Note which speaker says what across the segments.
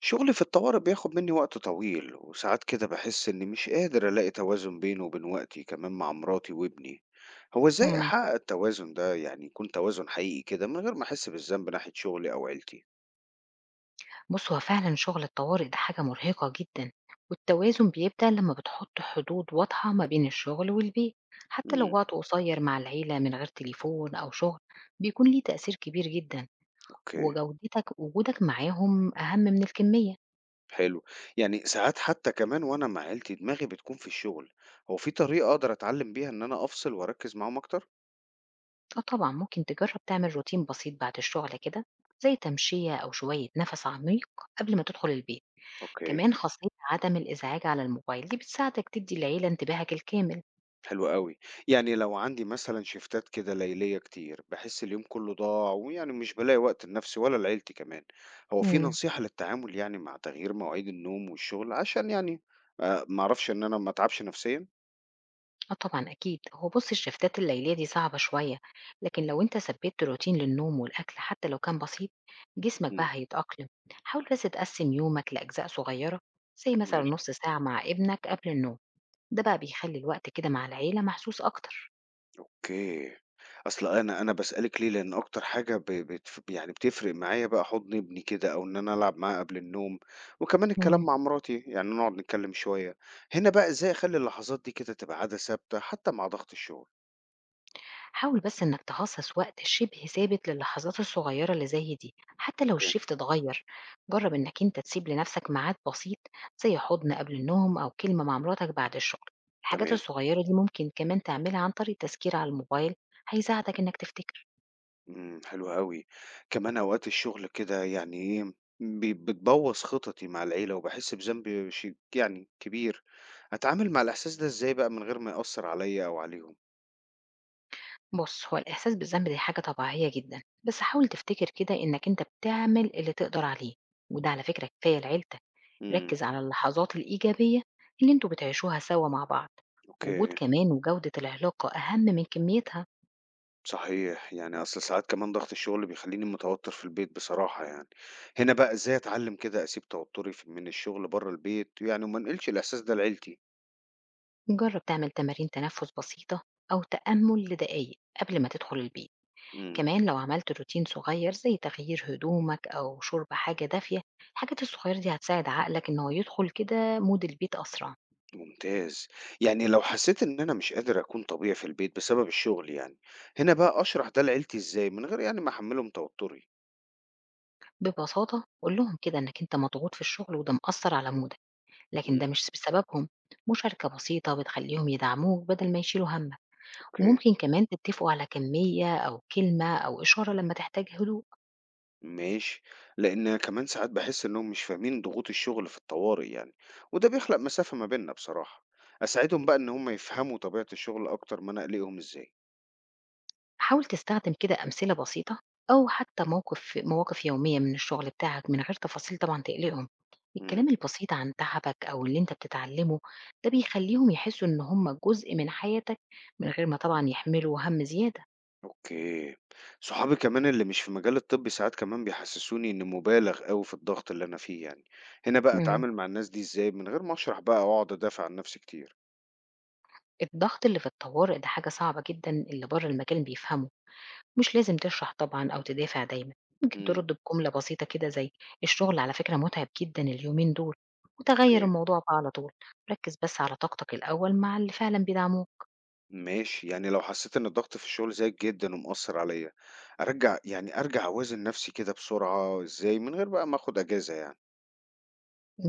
Speaker 1: شغلي في الطوارئ بياخد مني وقت طويل وساعات كده بحس إني مش قادر ألاقي توازن بينه وبين وقتي كمان مع مراتي وابني. هو إزاي
Speaker 2: إمم.
Speaker 1: أحقق التوازن ده، يعني يكون توازن حقيقي كده من غير ما أحس بالذنب ناحية شغلي أو عيلتي؟
Speaker 2: بُص، هو فعلًا شغل الطوارئ ده حاجة مرهقة جدًا، والتوازن بيبدأ لمّا بتحط حدود واضحة ما بين الشغل والبيت، حتى لو
Speaker 1: امم.
Speaker 2: وقت قصير مع العيلة من غير تليفون أو شغل بيكون ليه تأثير كبير جدًا،
Speaker 1: أوكي.
Speaker 2: وجودتك وجودك معاهم أهم من الكمية.
Speaker 1: حلو. يعني ساعات حتى كمان وأنا مع عيلتي دماغي بتكون في الشغل. هو في طريقة أقدر أتعلم بيها إن أنا أفصل وأركز معاهم أكتر؟
Speaker 2: فطبعًا ممكن تجرب تعمل روتين بسيط بعد الشغل كده، زي تمشية أو شوية نفس عميق قبل ما تدخل البيت.
Speaker 1: اوكي.
Speaker 2: كمان خاصية عدم الإزعاج على الموبايل دي بتساعدك تدي العيلة انتباهك الكامل.
Speaker 1: حلو أوي. يعني لو عندي مثلًا شيفتات كده ليلية كتير، باحس اليوم كُلّه ضاع، ويعني مش بالاقي وقت لنَفْسي ولا لعيلتي كمان. هو في
Speaker 2: إمم.
Speaker 1: نصيحة للتعامل يعني مع تغيير مواعيد النوم والشغل، عشان يعني ما أعرفش إن أنا ما أتعبش نَفْسيًا؟
Speaker 2: آه طبعًا أكيد، هو بُص الشيفتات الليلية دي صعبة شوية، لكن لو أنت ثبّتت روتين للنوم والأكل حتى لو كان بسيط، جسمك
Speaker 1: إمم،
Speaker 2: بقى هيتأقلم، حاول بس تقسّم يومك لأجزاء صغيرة، زي مثلًا
Speaker 1: ماشي،
Speaker 2: نُص ساعة مع ابنك قبل النوم، ده بقى بيخلّي الوقت كده مع العيلة محسوس أكتر.
Speaker 1: أوكي. أصل أنا باسألِك ليه، لإن أكتر حاجة ب بتف يعني بتفرق معايا بقى حُضن ابني كده، أو إن أنا ألعب معاه قبل النوم، وكمان الكلام
Speaker 2: إمم.
Speaker 1: مع مراتي، يعني نقعد نتكلم شوية. هنا بقى إزاي أخلّي اللحظات دي كده تبقى عادة ثابتة حتى مع ضغط الشغل؟
Speaker 2: حاول بس إنك تخصص وقت شبه ثابت للحظات الصغيرة اللي زي دي حتى لو
Speaker 1: أوكي.
Speaker 2: الشيفت اتغير. جرب إنك أنت تسيب لنفسك ميعاد بسيط زي حضن قبل النوم أو كلمة مع مراتك بعد الشغل. الحاجات
Speaker 1: تمام،
Speaker 2: الصغيرة دي ممكن كمان تعملها عن طريق التذكير على الموبايل، هيساعدك إنك تفتكر.
Speaker 1: إمم، حلو أوي. كمان أوقات الشغل كده يعني إيه، بتبوّظ خططي مع العيلة، وباحس بذنب يعني كبير. أتعامل مع الإحساس ده إزاي بقى من غير ما يأثّر عليّا أو عليهم؟
Speaker 2: بُص، هو الإحساس بالذنب دي حاجة طبيعية جدًا، بس حاول تفتكر كده إنك أنت بتعمل اللي تقدر عليه، وده على فكرة كفاية لعيلتك،
Speaker 1: إمم،
Speaker 2: ركّز على اللحظات الإيجابية اللي أنتم بتعيشوها سوا مع بعض، وجود
Speaker 1: أوكي،
Speaker 2: كمان وجودة العلاقة أهم من كميتها،
Speaker 1: صحيح. يعني أصل ساعات كمان ضغط الشغل بيخلّيني متوتر في البيت بصراحة يعني. هنا بقى إزاي أتعلّم كده أسيب توتري من الشغل برّه البيت، يعني وما أنقلش الإحساس ده لعيلتي؟
Speaker 2: جرّب تعمل تمارين تنفس بسيطة أو تأمل لدقايق قبل ما تدخل البيت،
Speaker 1: إمم.
Speaker 2: كمان لو عملت روتين صغير زي تغيير هدومك أو شرب حاجة دافية، الحاجات الصغيرة دي هتساعد عقلك إن هو يدخل كده مود البيت أسرع.
Speaker 1: ممتاز. يعني لو حسيت إن أنا مش قادر أكون طبيعي في البيت بسبب الشغل يعني، هنا بقى أشرح ده لعيلتي إزاي من غير يعني ما أحمّلهم توتُّري؟
Speaker 2: ببساطة قُل لهم كده إنّك أنت مضغوط في الشغل وده مأثّر على مودك، لكن
Speaker 1: إمم.
Speaker 2: ده مش بسببهم، مشاركة بسيطة بتخلّيهم يدعموك بدل ما يشيلوا هَمّك،
Speaker 1: أوكي،
Speaker 2: وممكن كمان تتّفقوا على كمية أو كلمة أو إشارة لمّا تحتاج هدوء،
Speaker 1: ماشي. لإن كمان ساعات باحس إنّهم مش فاهمين ضغوط الشغل في الطوارئ يعني، وده بيخلق مسافة ما بيننا بصراحة. أساعدهم بقى إن هم يفهموا طبيعة الشغل أكتر ما أنا أقلقهم إزاي؟
Speaker 2: حاول تستخدم كده أمثلة بسيطة أو حتى مواقف يومية من الشغل بتاعك من غير تفاصيل طبعًا تقلقهم،
Speaker 1: إمم.
Speaker 2: الكلام البسيط عن تعبك أو اللي أنت بتتعلمه ده بيخلّيهم يحسّوا إن هم جزء من حياتك من غير ما طبعًا يحملوا هَم زيادة.
Speaker 1: أوكي. صحابي كمان اللي مش في مجال الطب ساعات كمان بيحسسوني إني مبالغ أوي في الضغط اللي أنا فيه يعني، هنا بقى
Speaker 2: إمم.
Speaker 1: أتعامل مع الناس دي إزاي من غير ما أشرح بقى وأقعد أدافع عن نفسي كتير؟
Speaker 2: الضغط اللي في الطوارئ ده حاجة صعبة جدًا اللي برّه المجال بيفهمه، مش لازم تشرح طبعًا أو تدافع دايمًا، ممكن
Speaker 1: امم.
Speaker 2: ترد بجملة بسيطة كده زي الشغل على فكرة متعب جدًا اليومين دول، وتغيّر
Speaker 1: أوكي،
Speaker 2: الموضوع بقى على طول، ركّز بس على طاقتك الأول مع اللي فعلًا بيدعموك،
Speaker 1: ماشي. يعني لو حسيت إن الضغط في الشغل زايد جدًا ومأثر عليا، أرجع أوازن نفسي كده بسرعة إزاي من غير بقى ما آخد أجازة يعني؟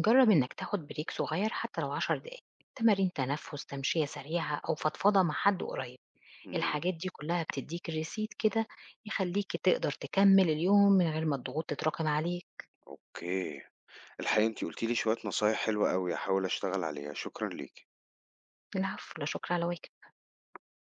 Speaker 2: جرّب إنك تاخد بريك صغير حتى لو 10 دقايق، تمارين تنفس، تمشية سريعة أو فضفضة مع حد قريب،
Speaker 1: امم،
Speaker 2: الحاجات دي كلها بتدّيك ريسيت كده يخلّيك تقدر تكمّل اليوم من غير ما الضغوط تتراكم عليك،
Speaker 1: أوكي. الحقيقة أنتِ قلتِ لي شوية نصايح حلوة أوي، هاحاول أشتغل عليها، شكرًا ليكِ.
Speaker 2: العفو، لا شكر على واجب.